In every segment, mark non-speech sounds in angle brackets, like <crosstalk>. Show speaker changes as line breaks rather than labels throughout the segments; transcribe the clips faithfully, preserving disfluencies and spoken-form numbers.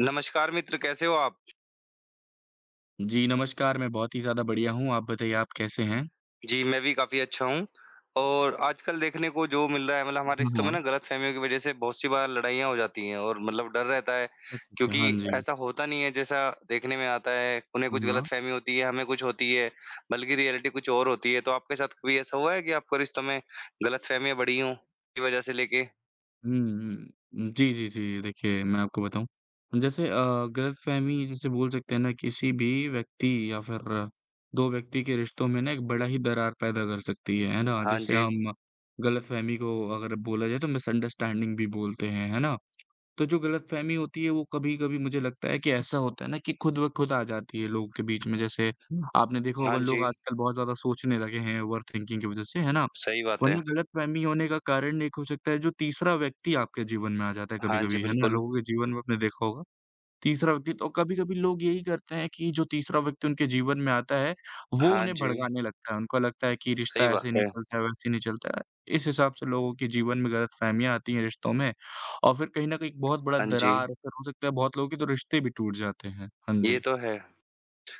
नमस्कार मित्र, कैसे हो आप?
जी, नमस्कार, मैं बहुत ही ज़्यादा बढ़िया हूँ, आप बताइए आप कैसे हैं?
जी, मैं भी काफ़ी अच्छा हूँ और आजकल देखने को जो मिल रहा है मतलब हमारे
हाँ,
रिश्तों
हाँ।
में ना गलतफ़हमियों की वज़ह से बहुत-सी बार लड़ाइयाँ हो जाती हैं और मतलब डर रहता है
अच्छा, अच्छा,
क्योंकि
हाँ जी।
ऐसा होता नहीं है जैसा देखने में आता है। उन्हें
हाँ,
कुछ
हाँ।
गलतफ़हमी होती है, हमें कुछ होती है, बल्कि रियलिटी कुछ और होती है। तो आपके साथ कभी ऐसा हुआ है कि आपको रिश्तों में गलतफ़हमियाँ बढ़ी हों, की वज़ह से लेके?
हुँ, हुँ। जी, जी, जी, देखिए मैं आपको बताऊँ, जैसे अ, गलतफ़हमी जिसे बोल सकते हैं ना किसी भी व्यक्ति या फिर दो व्यक्ति के रिश्तों में ना एक बड़ा ही दरार पैदा कर सकती है, है ना?
हाँ
जैसे
जी,
हम गलतफ़हमी को अगर बोला जाए तो मिसअंडरस्टैंडिंग भी बोलते हैं, है ना? तो जो गलतफ़हमी होती है वो कभी-कभी मुझे लगता है कि ऐसा होता है ना कि खुद ब खुद आ जाती है लोगों के बीच में। जैसे आपने देखा होगा
हाँ
लोग
जी,
आजकल बहुत ज़्यादा सोचने लगे हैं ओवरथिंकिंग की वजह से, है ना?
सही बात
वरना
है।
गलतफ़हमी होने का कारण एक हो सकता है जो तीसरा व्यक्ति आपके जीवन में आ जाता है
हाँ जी,
कभी-कभी, है ना?
बिल्कुल।
लोगों के जीवन में आपने देखा होगा तीसरा व्यक्ति तो कभी-कभी लोग यही करते हैं कि जो तीसरा व्यक्ति उनके जीवन में आता है, वो
हाँ
उन्हें
जी,
भड़काने लगता है। उनको लगता है कि
सही
रिश्ता
बात
ऐसे नहीं
है।
चलता है, वैसे नहीं चलता है। इस हिसाब से लोगों के जीवन में गलतफ़हमियाँ आती हैं रिश्तों में और फिर कहीं न कहीं एक बहुत बड़ा
हाँ जी,
दरार असर हो सकता है, बहुत लोगों के तो रिश्ते भी टूट जाते हैं। हाँ
ये
जी।
तो है।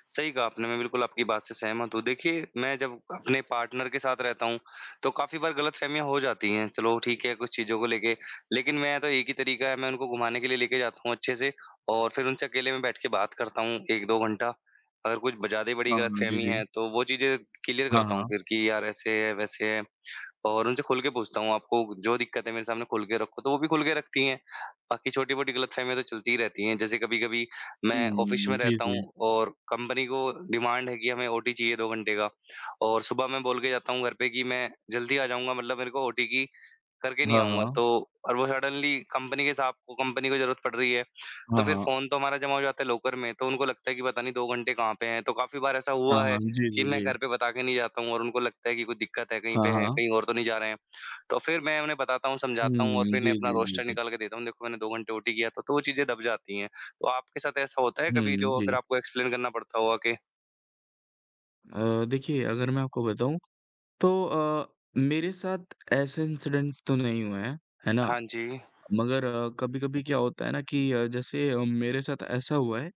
सही कहा आपने, मैं बिल्कुल आपकी बात से सहमत हूँ। देखिए, मैं जब अपने पार्टनर के साथ रहता हूँ, तो काफ़ी बार गलतफ़हमियाँ हो जाती हैं। चलो ठीक है, कुछ चीज़ों को लेके, लेकिन मैं तो एक ही तरीका है, मैं उनको घुमाने के लिए लेके जाता हूँ अच्छे से और फिर उनसे अकेले में बैठ के बात करता हूँ एक दो घंटा। अगर कुछ ब ज़्यादा ही बड़ी
हाँ, हाँ। जी,
गलतफ़हमी
जी।
है, तो वो चीज़ें क्लियर
हाँ,
करता हूँ
हाँ।
फिर कि यार ऐसे है, वैसे है। और उनसे खुल के पूछता हूँ, आपको जो दिक्कत है मेरे सामने खुल के रखो, तो वो भी खुल के रखती हैं। बाकी छोटी-मोटी गलतफ़हमियाँ तो चलती ही रहती हैं, जैसे कभी-कभी मैं ऑफ़िस
हुँ,
में
जी,
रहता हूँ
जी।
और कंपनी को डिमांड है कि हमें ओटी चाहिए दो घंटे का और सुबह मैं बोल के जाता हूँ घर पे कि मैं जल्दी आ जाऊँगा मतलब मेरे को ओटी की करके नहीं
हाँ,
आऊँगा
हाँ।
तो और वो सडनली कंपनी के साहब को कंपनी को ज़रूरत पड़ रही है, तो
हाँ,
फिर
हाँ।
फ़ोन तो हमारा जमा हो जाता है लॉकर में, तो उनको लगता है कि पता नहीं दो घंटे कहाँ पे हैं। तो काफ़ी बार ऐसा
हाँ,
हुआ
हाँ।
है
जी,
कि
जी,
मैं
जी।
घर पे बता के नहीं जाता हूँ और उनको लगता है कि कोई दिक्कत है, कहीं
हाँ,
पे है,
हाँ।
कहीं और तो नहीं जा रहे हैं। तो फिर मैं उन्हें बताता हूँ,
हुँ,
समझाता हूँ और फिर इन्हें
जी,
अपना
जी, जी,
रोस्टर
जी।
निकाल के देता हूँ, देखो मैंने दो घंटे ओटी किया था, तो वो चीज़ें दब जाती हैं। तो आपके साथ ऐसा होता है कभी
हुँ,
जो फिर
जी।
आपको एक्सप्लेन करना पड़ता होगा कि
अ, देखिए अगर मैं आपको बताऊँ तो अ, मेरे साथ ऐसे इंसिडेंट्स तो नहीं हुए हैं, है ना?
हाँ जी,
मगर अ, कभी-कभी क्या होता है ना कि अ, जैसे अ, मेरे साथ ऐसा हुआ है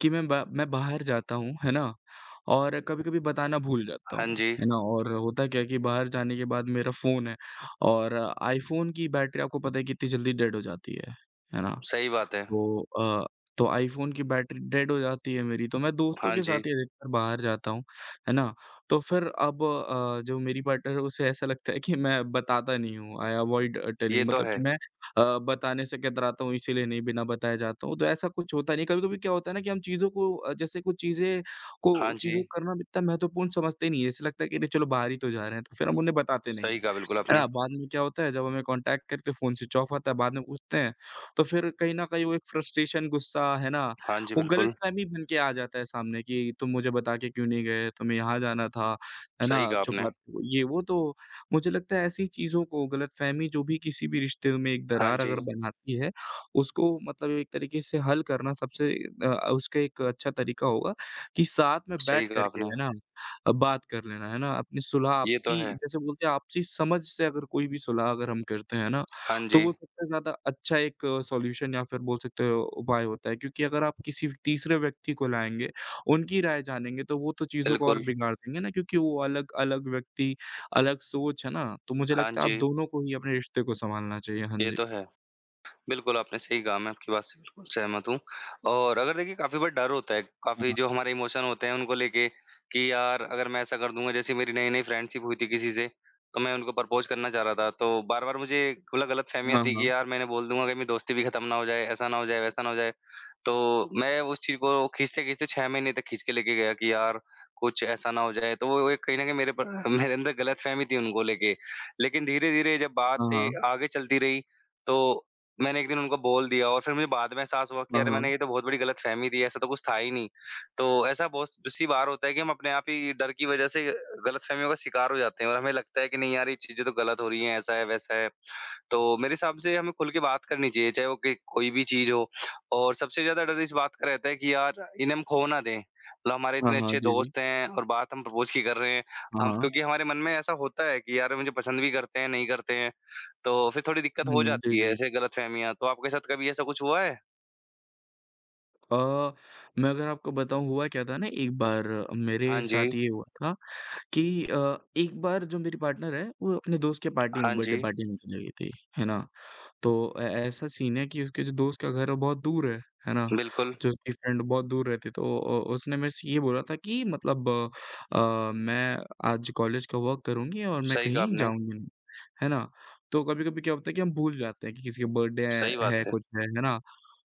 कि मैं बा मैं बाहर जाता हूँ, है ना? और कभी-कभी बताना भूल जाता
हाँ
हूँ,
जी,
है ना? और होता क्या है कि बाहर जाने के बाद मेरा फ़ोन है और आईफ़ोन की बैटरी आपको पता है कितनी जल्दी डेड हो जाती है, है ना?
सही बात है।
तो अ, तो आईफ़ोन की बैटरी डेड हो जाती है मेरी, तो मैं दोस्तों
हाँ
के साथ
जी,
ही अधिकतर बाहर जाता हूँ, है ना? तो फिर अब अ, जो मेरी पार्टनर है उसे ऐसा लगता है कि मैं बताता नहीं हूँ, आई अवॉइड
ये
टेलिंग
तो
मतलब कि
है।
मैं अ, बताने से कतराता हूँ इसीलिए नहीं बिना बताए जाता हूँ, तो ऐसा कुछ होता नहीं है। कभी-कभी क्या होता है ना कि हम चीज़ों को अ, जैसे कुछ चीज़ें
हाँ
को
जी,
चीज़ों को करना इतना महत्वपूर्ण समझते नहीं है, ऐसे लगता है कि नहीं चलो बाहर ही तो जा रहे हैं, तो फिर हम उन्हें बताते नहीं
सही
हैं,
कहा बिल्कुल
है
आपने।
ना? बाद में क्या होता है जब हमें कॉन्टैक्ट करके फ़ोन स्विच ऑफ आता है, बाद में पूछते हैं तो फिर कहीं न कहीं वो एक फ्रस्ट्रेशन, गुस्सा, है ना?
हाँ जी,
वो
बिल्कुल,
गलतफ़हमी बन के आ जाता है सामने कि तुम मुझे बता के क्यों नहीं गए? तुम्हें यहाँ जाना था, है
सही
ना?
कहा आपने।
छुपा ये वो तो मुझे लगता है ऐसी चीज़ों को गलतफ़हमी जो भी किसी भी रिश्ते में एक
हाँ
दरार
जी,
अगर बनाती है, उसको मतलब एक तरीके से हल करना सबसे अ, उसका एक अच्छा तरीका होगा कि साथ में
सही
बैठ
कहा
कर के,
आपने।
है ना? अ, बात कर लेना, है ना? अपनी सुलह
ये तो
आपसी
है।
जैसे बोलते हैं आपसी समझ से अगर कोई भी सुलह अगर हम करते हैं ना,
हाँ
तो
जी,
वो सबसे ज़्यादा अच्छा एक सॉल्यूशन या फिर बोल सकते हो उपाय होता है क्योंकि अगर आप किसी तीसरे व्यक्ति को लाएँगे, उनकी राय जानेंगे तो वो तो चीज़ों को और
बिल्कुल।
बिगाड़ देंगे ना क्योंकि वो अलग-अलग व्यक्ति, अलग सोच है ना, तो मुझे
हाँ
लगता है आप
जी,
दोनों को ही अपने रिश्ते को सँभालना चाहिए। हाँ
ये
जी।
तो है। बिल्कुल, आपने सही कहा, मैं आपकी बात से बिल्कुल सहमत हूँ और अगर देखिए काफ़ी बार डर होता है, काफ़ी
हाँ,
जो हमारे इमोशन होते हैं उनको लेके कि यार अगर मैं ऐसा कर दूँगा जैसे मेरी नई-नई फ्रेंडशिप हुई थी किसी से, तो मैं उनको प्रपोज़ करना चाह रहा था, तो बार-बार मुझे मतलब गलतफ़हमियाँ थी
हाँ।
कि यार मैंने बोल दूँगा कहीं दोस्ती भी ख़त्म ना हो जाए, ऐसा ना हो जाए, वैसा ना हो जाए। तो मैं उस चीज़ को खींचते-खींचते छह महीने तक खींच के लेके गया कि यार कुछ ऐसा ना हो जाए, तो वो एक कहीं न कहीं मेरे पर मेरे अंदर गलतफ़हमी थी उनको लेके। लेकिन धीरे-धीरे जब
हाँ, हाँ।
बातें आगे चलती रही, तो मैंने एक दिन उनको बोल दिया और फिर मुझे बाद में एहसास हुआ कि
हाँ, हाँ।
यार
हाँ, हाँ।
मैंने ये तो बहुत बड़ी गलतफ़हमी दी है, ऐसा तो कुछ था ही नहीं। तो ऐसा बहुत-सी बार होता है कि हम अपने आप ही डर की वज़ह से गलतफ़हमियों का शिकार हो जाते हैं और हमें लगता है कि नहीं यार ये चीज़ें तो गलत हो रही हैं, ऐसा है, वैसा है। तो मेरे हिसाब से हमें खुल के बात करनी चाहिए, चाहे वो कि कोई भी चीज़ हो और सबसे ज़्यादा डर इस बात का रहता है कि यार इन्हें हम खो ना दें। मतलब हमारे
हाँ,
इतने
हाँ।
अच्छे
जी, जी।
दोस्त हैं और बात हम प्रपोज़ की कर रहे हैं।
हाँ,
हम
हाँ।
क्योंकि हमारे मन में ऐसा होता है कि यार मुझे पसंद भी करते हैं, नहीं करते हैं, तो फिर थोड़ी दिक्कत हो
हुँ, जी,
जाती है
जी।
ऐसे गलतफ़हमियाँ। तो आपके साथ कभी ऐसा कुछ हुआ है?
अ, मैं अगर आपको बताऊँ हुआ क्या था ना एक बार मेरे
हाँ जी,
साथ ये हुआ था कि अ, एक बार जो मेरी पार्टनर है, वो अपने दोस्त के पार्टी
हाँ
में
जी,
बर्थडे पार्टी में चली गई थी, है ना? तो ए ऐसा सीन है कि उसके जो दोस्त का घर है, वो बहुत दूर है, है ना?
बिल्कुल,
जो उसकी फ्रेंड बहुत दूर रहती है, तो अ, उसने मेरे से ये बोला था कि मतलब अ, अ, मैं आज कॉलेज का वर्क करूँगी और मैं
सही कहा
कहीं
आपने,
जाऊँगी नहीं, है ना? तो कभी-कभी क्या होता है कि हम भूल जाते हैं कि किसी का बर्थडे है
सही बात
है,
है।
कुछ है, है ना?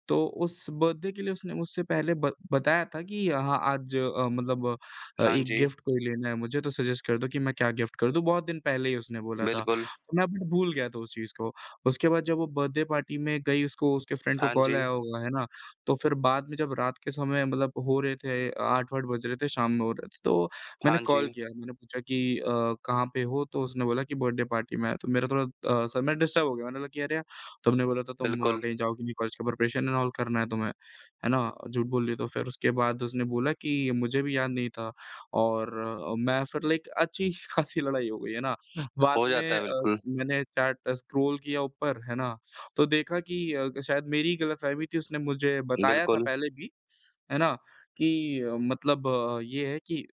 तो उस बर्थडे के लिए उसने मुझसे पहले ब बताया था कि हाँ, आज अ, मतलब अ,
हाँ
एक
जी,
गिफ्ट कोई लेना है मुझे तो सजेस्ट कर दो कि मैं क्या गिफ्ट कर दूँ, बहुत दिन पहले ही उसने बोला था।
बिल्कुल,
तो मैं बट भूल गया था उस चीज़ को। उसके बाद जब वो बर्थडे पार्टी में गई उसको उसके फ्रेंड को
हाँ
कॉल
जी,
आया होगा, है ना? तो फिर बाद में जब रात के समय मतलब हो रहे थे आठ आठ बज रहे थे, शाम में हो रहे थे, तो मैंने
हाँ जी,
कॉल किया। मैंने पूछा कि अ, "कहाँ पे हो?" तो उसने बोला कि बर्थडे पार्टी में है। तो मेरा थोड़ा अ, सा मैं डिस्टर्ब हो गया। मैंने बोला कि "अरे! यार, तुमने बोला था तुम अ,
बिल्कुल,
कहीं जाओगी नहीं कॉलेज का प्रिपरेशन एंड ऑल करना है तुम्हें, है ना? झूठ बोल रही तो फिर उसके बाद उसने बोला कि मुझे भी याद नहीं था और अ, मैं फिर लाइक अच्छी <laughs> खासी लड़ाई हो गई, है ना? बाद
हो जाता
में
है
अ,
बिल्कुल,
मैंने चैट स्क्रॉल किया ऊपर, है ना? तो देखा कि अ, शायद मेरी ही गलतफ़हमी थी उसने मुझे बताया था
बिल्कुल,
पहले भी, है ना? कि अ, मतलब अ, ये है कि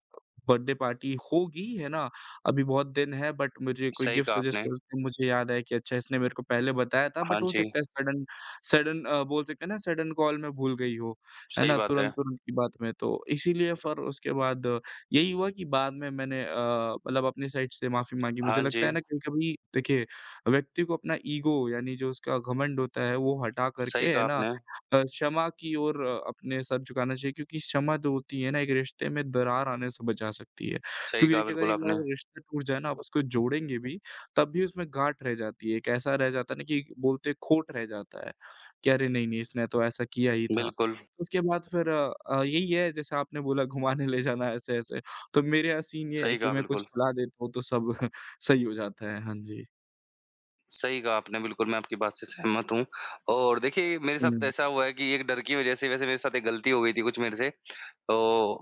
बर्थडे पार्टी होगी, है ना? अभी बहुत दिन है बट मुझे कोई
सही
गिफ्ट
कहा
सजेस्ट
आपने।
करो तो मुझे याद आया कि अच्छा इसने मेरे को पहले बताया था
हाँ
बट हो
जी।
सकता है सडन सडन अ, बोल सकते हैं ना सडन कॉल में भूल गई हो, है
सही
ना?
बात है।
तुरंत-तुरंत की बात में तो इसीलिए फिर उसके बाद अ, यही हुआ कि बाद में मैंने अ, मतलब अपनी साइड से माफ़ी माँगी। मुझे
हाँ
लगता
जी,
है ना कभी-कभी देखिए, व्यक्ति को अपना ईगो यानी जो उसका घमंड होता है वो हटा
सही
करके है
कहा
ना
आपने,
अ, क्षमा की ओर अ, अपने सर झुकाना चाहिए क्योंकि क्षमा जो होती है ना एक रिश्ते में दरार आने से बचा सकती है।
सही
क्योंकि
कहा
देखिए अगर
बिल्कुल
एक बार
आपने।
अगर रिश्ता टूट जाए ना आप उसको जोड़ेंगे भी, तब भी उसमें गाँठ रह जाती है। एक ऐसा रह जाता है ना कि बोलते खोट रह जाता है, कि अरे नहीं, नहीं इसने तो ऐसा किया ही था।
बिल्कुल,
उसके बाद फिर अ, अ, यही है जैसे आपने बोला घुमाने ले जाना ऐसे-ऐसे, तो मेरे यहाँ सीन ये है
सही
कि
कहा
मैं कुछ
बिल्कुल,
खिला देता हूँ तो सब <laughs> सही हो जाता है। हाँ जी।
सही कहा आपने बिल्कुल, मैं आपकी बात से सहमत हूँ और देखिए मेरे साथ
हुँ।
ऐसा हुआ है कि एक डर की वज़ह से वैसे मेरे साथ एक गलती हो गई थी कुछ मेरे से। तो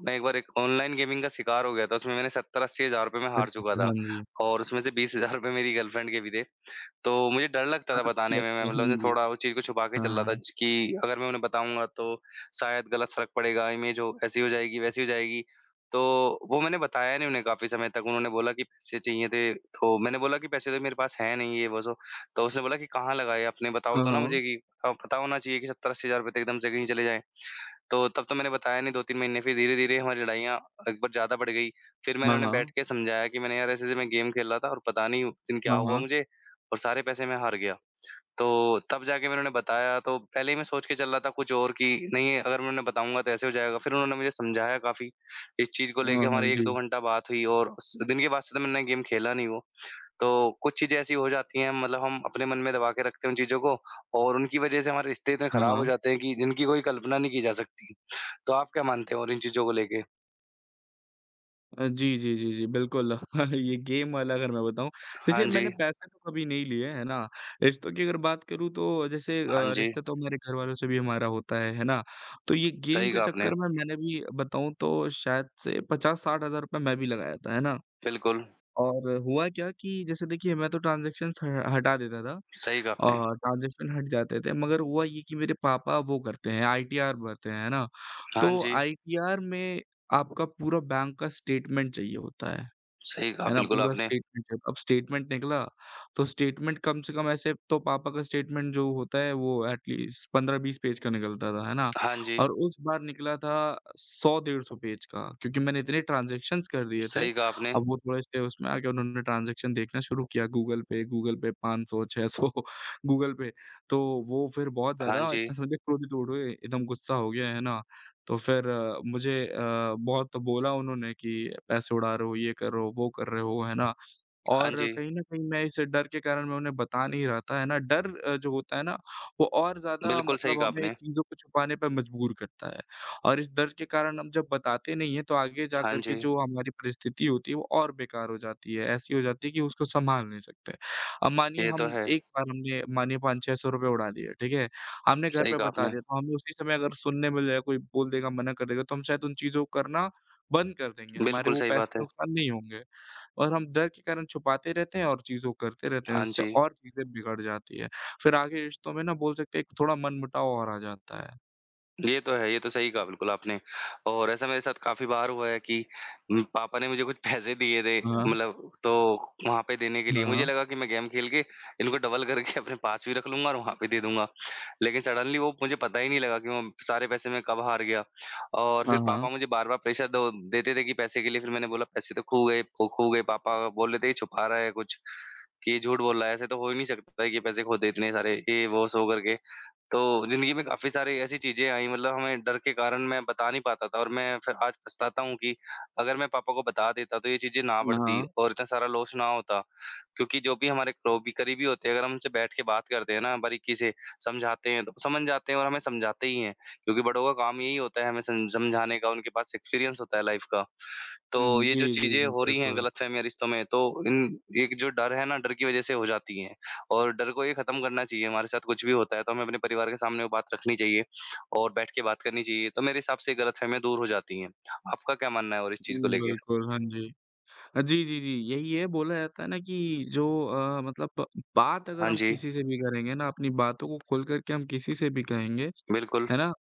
मैं एक बार एक ऑनलाइन गेमिंग का शिकार हो गया था, उसमें मैंने सत्तर अस्सी हज़ार रुपए में हार
अच्छा,
चुका
अच्छा।
था
हाँ जी।
और उसमें से बीस हज़ार रुपए मेरी गर्लफ्रेंड के भी थे। तो मुझे डर लगता था
अच्छा,
बताने में, मैं
अच्छा। हाँ
मतलब मुझे
जी।
थोड़ा उस चीज़ को छुपा के
हाँ,
चल रहा था
हाँ।
ज कि अगर मैं उन्हें बताऊँगा तो शायद गलत फ़र्क पड़ेगा, इमेज हो ऐसी हो जाएगी, वैसी हो जाएगी। तो वो मैंने बताया नहीं उन्हें काफ़ी समय तक, उन्होंने बोला कि पैसे चाहिए थे, तो मैंने बोला कि पैसे तो मेरे पास हैं नहीं, ये वो सो। तो उसने बोला कि कहाँ लगाए आपने बताओ
हाँ,
तो ना
हाँ।
मुझे कि अ, पता होना चाहिए कि सत्तर अस्सी हज़ार रुपए तो एकदम से कहीं चले जाएँ। तो तब तो मैंने बताया नहीं दो तीन महीने फिर धीरे-धीरे हमारी लड़ाइयाँ एक बार ज़्यादा बढ़ गई। फिर मैंने
हाँ,
उन्हें बैठ
हाँ।
के समझाया कि मैंने यार ऐसे-ऐसे मैं गेम खेल रहा था और पता नहीं उस दिन क्या
हाँ,
हुआ
हाँ।
मुझे और सारे पैसे मैं हार गया। तो तब जाके मैंने उन्हें बताया तो पहले ही मैं सोच के चल रहा था कुछ और कि नहीं अगर मैं उन्हें बताऊँगा तो ऐसे हो जाएगा। फिर उन्होंने मुझे समझाया काफ़ी। इस चीज़ को लेके
हाँ, हाँ,
हमारी एक दो
जी।
घंटा बात हुई और उस दिन के बाद से तो मैंने गेम खेला नहीं वो। तो कुछ चीज़ें ऐसी हो जाती हैं मतलब हम अपने मन में दबा के रखते हैं उन चीज़ों को और उनकी वज़ह से हमारे रिश्ते इतने
हाँ,
खराब हो
हाँ।
जाते हैं कि जिनकी कोई कल्पना नहीं की जा सकती। तो आप क्या मानते हैं और इन चीज़ों को लेके?
अ, जी, जी, जी, जी, बिल्कुल। <laughs> ये गेम वाला अगर मैं बताऊँ,
हाँ
देखिए मैंने
जी,
पैसे तो कभी नहीं लिए, है ना? रिश्तों की अगर बात करूँ तो जैसे
हाँ
अ,
जी,
रिश्ता तो हमारे घरवालों से भी हमारा होता है, है ना? तो ये गेम
सही
के
कहा आपने।
चक्कर में मैंने भी बताऊँ तो शायद से पचास साठ हज़ार रुपए मैं भी लगाया था, है ना?
बिल्कुल,
और हुआ क्या कि जैसे देखिए मैं तो ट्रांज़ैक्शंस ह हटा देता था
सही कहा आपने।
और ट्रांज़ैक्शन हट जाते थे, मगर हुआ ये कि मेरे पापा वो करते हैं आईटीआर भरते हैं, है ना?
हाँ
तो
जी,
आईटीआर में आपका पूरा बैंक का स्टेटमेंट चाहिए होता है।
सही कहा
है ना?
बिल्कुल
पूरा
आपने।
स्टेटमेंट जब अब स्टेटमेंट निकला, तो स्टेटमेंट कम से कम ऐसे तो पापा का स्टेटमेंट जो होता है वो एटलीस्ट पंद्रह बीस पेज का निकलता था, है ना?
हाँ जी,
और उस बार निकला था सौ डेढ़ सौ पेज का क्योंकि मैंने इतने ट्रांज़ैक्शंस कर दिए थे।
सही कहा आपने।
अब वो थोड़े से उसमें आके उन्होंने ट्रांज़ैक्शन देखना शुरू किया गूगल पे, गूगल पे पाँच सौ छह सौ <laughs> गूगल पे। तो वो फिर बहुत
हाँ
ज़्यादा
जी,
इतना समझिए क्रोधित हो गए, एकदम गुस्सा हो गया, है ना? तो फिर अ, मुझे अ, बहुत बोला उन्होंने कि पैसे उड़ा रहे हो, ये कर रहे हो, वो कर रहे हो, है ना?
हाँ
और
जी,
कहीं न कहीं मैं इस डर के कारण मैं उन्हें बता नहीं रहा था, है ना? डर अ, जो होता है ना, वो और ज़्यादा
बिल्कुल सही
मतलब
कहा
हमें
आपने।
चीज़ों को छुपाने पे मजबूर करता है और इस डर के कारण हम जब बताते नहीं हैं, तो आगे जा
हाँ
कर के
जी,
जो हमारी परिस्थिति होती है, वो और बेकार हो जाती है। ऐसी हो जाती है कि उसको सँभाल नहीं सकते। अब मानिए
ये तो
हम
है।
एक बार हमने मानिए पाँच सौ छह सौ रुपए उड़ा लिए, ठीक है? हमने घर
सही
पे
कहा
बता
आपने।
दिया, तो हमें उसी समय अगर सुनने मिल जाए, कोई बोल देगा, मना कर देगा, तो हम शायद उन चीज़ों को करना बंद कर देंगे। हमारे
बिल्कुल
वो
सही बात
पैसे
है।
नुकसान नहीं होंगे। और हम डर के कारण छुपाते रहते हैं और चीज़ों को करते रहते हैं,
हाँ
उससे
जी।
और चीज़ें बिगड़ जाती है। फिर आगे रिश्तों में ना बोल सकते हैं कि थोड़ा मनमुटाव और आ जाता है।
ये तो है, ये तो सही कहा बिल्कुल आपने और ऐसा मेरे साथ काफ़ी बार हुआ है कि उम, पापा ने मुझे कुछ पैसे दिए थे
हाँ,
मतलब तो वहाँ पे देने के लिए मुझे
हाँ,
लगा कि मैं गेम खेल के इनको डबल करके अपने पास भी रख लूँगा और वहाँ पे दे दूँगा। लेकिन सडनली वो मुझे पता ही नहीं लगा कि वो सारे पैसे मैं कब हार गया और फिर
हाँ, हाँ,
पापा मुझे बार-बार प्रेशर दो देते थे कि पैसे के लिए फिर मैंने बोला, "पैसे तो खो गए खो खो गए।" पापा बोल रहे थे, "ये छुपा रहा है कुछ, कि ये झूठ बोल रहा है, ऐसे तो हो ही नहीं सकता है कि पैसे खो दे इतने सारे।" ये वो सो करके तो ज़िंदगी में काफ़ी सारी ऐसी चीज़ें आई मतलब हमें डर के कारण मैं बता नहीं पाता था और मैं फिर आज पछताता हूँ कि अगर मैं पापा को बता देता तो ये चीज़ें ना बढ़ती
हाँ।
और इतना सारा लॉस ना होता। क्योंकि जो भी हमारे क्रोबी करीबी होते हैं अगर हम उनसे बैठ के बात करते हैं ना बारीकी से समझाते हैं तो समझ जाते हैं और हमें समझाते ही हैं। क्योंकि बड़ों का काम यही होता है हमें सम समझाने का, उनके पास एक्सपीरियंस होता है लाइफ़ का। तो
हुँ,
ये जो
जी, जी,
चीज़ें
जी,
हो रही हैं
बिल्कुल।
गलतफ़हमियाँ रिश्तों में तो इन एक जो डर है ना डर की वज़ह से हो जाती हैं। और डर को ये खत्म करना चाहिए, हमारे साथ कुछ भी होता है तो हमें अपने परिवार के सामने वो बात रखनी चाहिए और बैठ के बात करनी चाहिए, तो मेरे हिसाब से गलतफ़हमियाँ दूर हो जाती हैं। आपका क्या मानना है और इस
हुँ,
चीज़ को लेके?
बिल्कुल, हाँ जी। अ, जी, जी, जी, यही है बोला जाता है ना कि जो अ, मतलब बात अगर
हाँ
हम
जी,
किसी से भी करेंगे ना, अपनी बातों को खोल कर के हम किसी से भी कहेंगे
बिल्कुल।
है ना?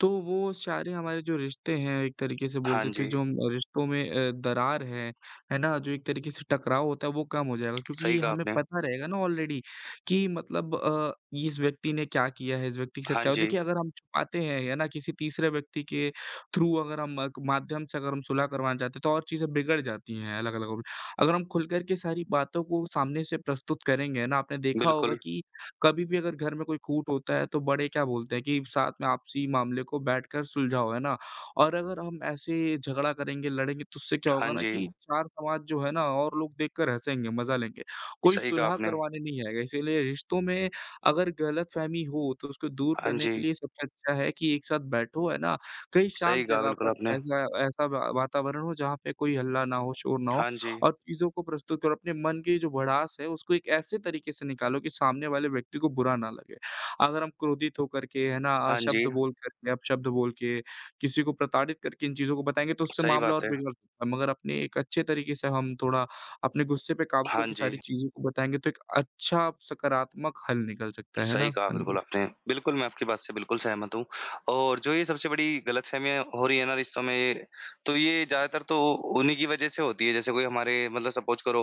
तो वो सारे हमारे जो रिश्ते हैं एक तरीके से बोल
हाँ
सकते हैं
जी,
जो हम रिश्तों में अ, दरार है, है ना? जो एक तरीके से टकराव होता है वो कम हो जाएगा
सही
क्योंकि
कहा
हमें
आपने।
पता रहेगा ना ऑलरेडी कि मतलब अ, इस व्यक्ति ने क्या किया है, इस व्यक्ति के साथ
हाँ
क्या हुआ।
जी,
देखिए अगर हम छुपाते हैं, है ना? किसी तीसरे व्यक्ति के थ्रू अगर हम अ, माध्यम से अगर हम सुलह करवाना चाहते हैं तो और चीज़ें बिगड़ जाती हैं अलग-अलग अगर हम खुलकर के सारी बातों को सामने से प्रस्तुत करेंगे ना आपने देखा होगा
बिल्कुल।
कि कभी भी अगर घर में कोई कूट होता है तो बड़े क्या बोलते हैं कि साथ में आपसी मामले को बैठकर सुलझाओ, है ना? और अगर हम ऐसे झगड़ा करेंगे, लड़ेंगे तो उससे क्या
हाँ
होगा ना
जी,
कि चार समाज जो है ना और लोग देखकर हँसेंगे, मज़ा लेंगे। कोई
सही कहा
सुलह
आपने।
करवाने नहीं आएगा, इसीलिए रिश्तों में अगर गलतफ़हमी हो तो उसको दूर
हाँ
करने के
जी,
लिए सबसे अच्छा है कि एक साथ बैठो, है ना? कहीं
सही
शांत
कहा
जगह
बिल्कुल
पर
आपने।
ऐसा ऐसा वा वातावरण हो जहाँ पे कोई हल्ला ना हो, शोर ना हो
हाँ जी,
और चीज़ों को प्रस्तुत करो, अपने मन की जो भड़ास है उसको एक ऐसे तरीके से निकालो कि सामने वाले व्यक्ति को बुरा ना लगे। अगर हम क्रोधित होकर के है ना अ,
हाँ जी,
शब्द बोल करके, अपशब्द बोल के, किसी को प्रताड़ित करके इन चीज़ों को बताएँगे तो उससे
सही
मामला
बात
और
है।
बिगड़ सकता है। मगर अपने एक अच्छे तरीके से हम थोड़ा अपने गुस्से पे काबू
हाँ
करके
जी।
सारी चीज़ों को बताएँगे तो एक अच्छा सकारात्मक हल निकल सकता है ना?
सही कहा
हाँ जी।
बिल्कुल आपने। बिल्कुल, मैं आपकी बात से बिल्कुल सहमत हूँ और जो ये सबसे बड़ी गलतफ़हमियाँ हो रही है ना रिश्तों में, ये तो ये ज़्यादातर तो उन्हीं की वज़ह से होती है। जैसे कोई हमारे मतलब सपोज़ करो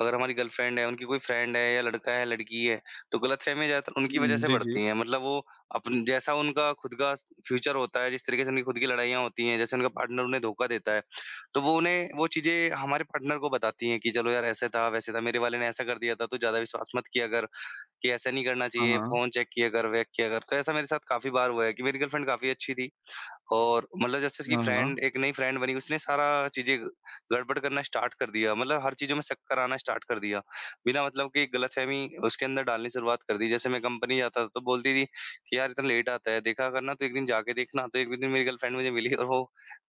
अगर हमारी गर्लफ्रेंड है, उनकी कोई फ्रेंड है या लड़का है, लड़की है, तो गलतफ़हमियाँ ज़्यादातर उनकी वज़ह
हुँ,
से
जी, जी।
बढ़ती हैं। मतलब वो अपन जैसा उनका खुद का स फ्यूचर होता है, जिस तरीके से उनकी खुद की लड़ाइयाँ होती हैं, जैसे उनका पार्टनर उन्हें धोखा देता है, तो वो उन्हें वो चीज़ें हमारे पार्टनर को बताती हैं कि चलो यार ऐसे था, वैसे था, मेरे वाले ने ऐसा कर दिया था, तो ज़्यादा विश्वास मत किया कर। कि ऐसा नहीं करना
हाँ,
चाहिए,
हाँ।
फ़ोन चेक किया कर, वेक किया कर। तो ऐसा मेरे साथ काफ़ी बार हुआ है कि मेरी गर्लफ्रेंड काफ़ी अच्छी थी। और मतलब जैसे उसकी
हाँ, हाँ।
फ्रेंड एक नई फ्रेंड बनी, उसने सारा चीज़ें गड़बड़ करना स्टार्ट कर दिया, मतलब हर चीज़ों में शक्कर आना स्टार्ट कर दिया। बिना मतलब की गलतफ़हमी उसके अंदर डालनी शुरुआत कर दी। जैसे मैं कंपनी जाता था तो बोलती थी कि, "यार इतना लेट आता है, देखा कर ना तू एक दिन जाके देखना।" तो एक भी दिन मेरी गर्लफ्रेंड मुझे मिली और वो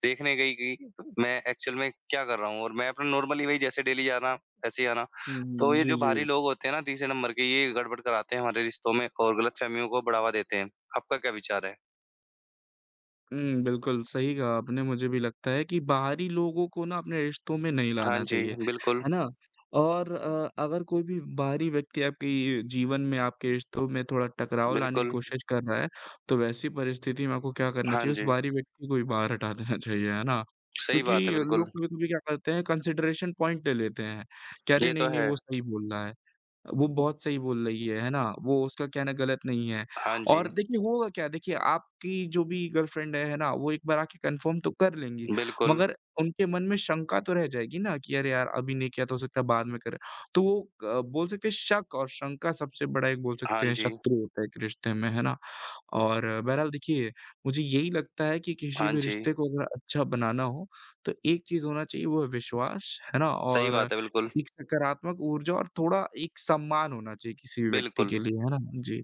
देखने गई कि मैं एक्चुअल में क्या कर रहा हूँ और मैं अपना नॉर्मली वही जैसे डेली जाना, वैसे ही आना।
हुँ,
तो
हुँ।
ये
जी,
जो
जी।
बाहरी लोग होते हैं ना तीसरे नंबर के ये गड़बड़ कराते हैं हमारे रिश्तों में और गलतफ़हमियों को बढ़ावा देते हैं। आपका क्या विचार है?
हुँ, बिल्कुल, सही कहा आपने। मुझे भी लगता है कि बाहरी लोगों को ना अपने रिश्तों में नहीं
हाँ
लाना
जी,
चाहिए,
बिल्कुल।
है ना? और अ, अगर कोई भी बाहरी व्यक्ति आपके जीवन में, आपके रिश्तों में थोड़ा टकराव लाने की
बिल्कुल,
कोशिश कर रहा है, तो वैसी परिस्थिति में आपको क्या करना
हाँ
चाहिए? उस
जी,
बाहरी व्यक्ति को ही बाहर हटा देना चाहिए, है ना?
सही
क्योंकि
बात है
लोग
बिल्कुल,
कभी-कभी क्या करते हैं, कंसिडरेशन पॉइंट ले लेते हैं, कि अरे!
ये
नहीं,
तो
नहीं,
है।
वो सही बोल रहा है। वो बहुत सही बोल रही है, है ना? वो उसका कहना गलत नहीं है
हाँ जी,
और देखिए होगा क्या देखिए आपकी जो भी गर्लफ्रेंड है, है ना? वो एक बार आके कन्फर्म तो कर लेंगी,
बिल्कुल,
मगर उनके मन में शंका तो रह जाएगी ना कि अरे यार! अभी नहीं किया तो हो सकता है बाद में करें। तो वो क बोल सकते हैं शक और शंका सबसे बड़ा एक बोल
हाँ
सकते हैं
जी,
शत्रु होता है एक रिश्ते में, है ना? और बहरहाल देखिए, मुझे यही लगता है कि किसी
हाँ
भी
जी,
रिश्ते को अगर अच्छा बनाना हो, तो एक चीज़ होना चाहिए वो है विश्वास, है ना?
सही
और
बात है बिल्कुल,
एक सकारात्मक ऊर्जा और थोड़ा एक सम्मान होना चाहिए किसी भी व्यक्ति
बिल्कुल,
के लिए, है ना? जी।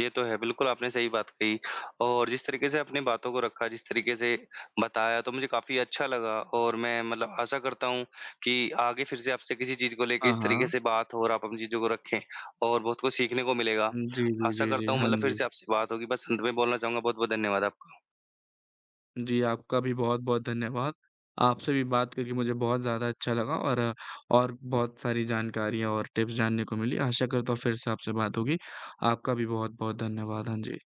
ये तो है, बिल्कुल आपने सही बात कही और जिस तरीके से अपनी बातों को रखा, जिस तरीके से बताया तो मुझे काफ़ी अच्छा लगा और मैं मतलब आशा करता हूँ कि आगे फिर से आपसे किसी चीज़ को लेके
हाँ,
इस तरीके
हाँ।
से बात हो और आप अपनी चीज़ों को रखें और बहुत कुछ सीखने को मिलेगा।
जी, जी,
आशा
जी, जी।
करता हूँ
हाँ
मतलब फिर
जी।
से आपसे बात होगी, बस अंत में बोलना चाहूँगा बहुत-बहुत धन्यवाद आपका।
जी, आपका भी बहुत-बहुत धन्यवाद। आपसे भी बात करके मुझे बहुत ज़्यादा अच्छा लगा और और बहुत सारी जानकारियाँ और टिप्स जानने को मिली। आशा करता हूँ फिर से आपसे बात होगी। आपका भी बहुत-बहुत धन्यवाद। हाँ जी।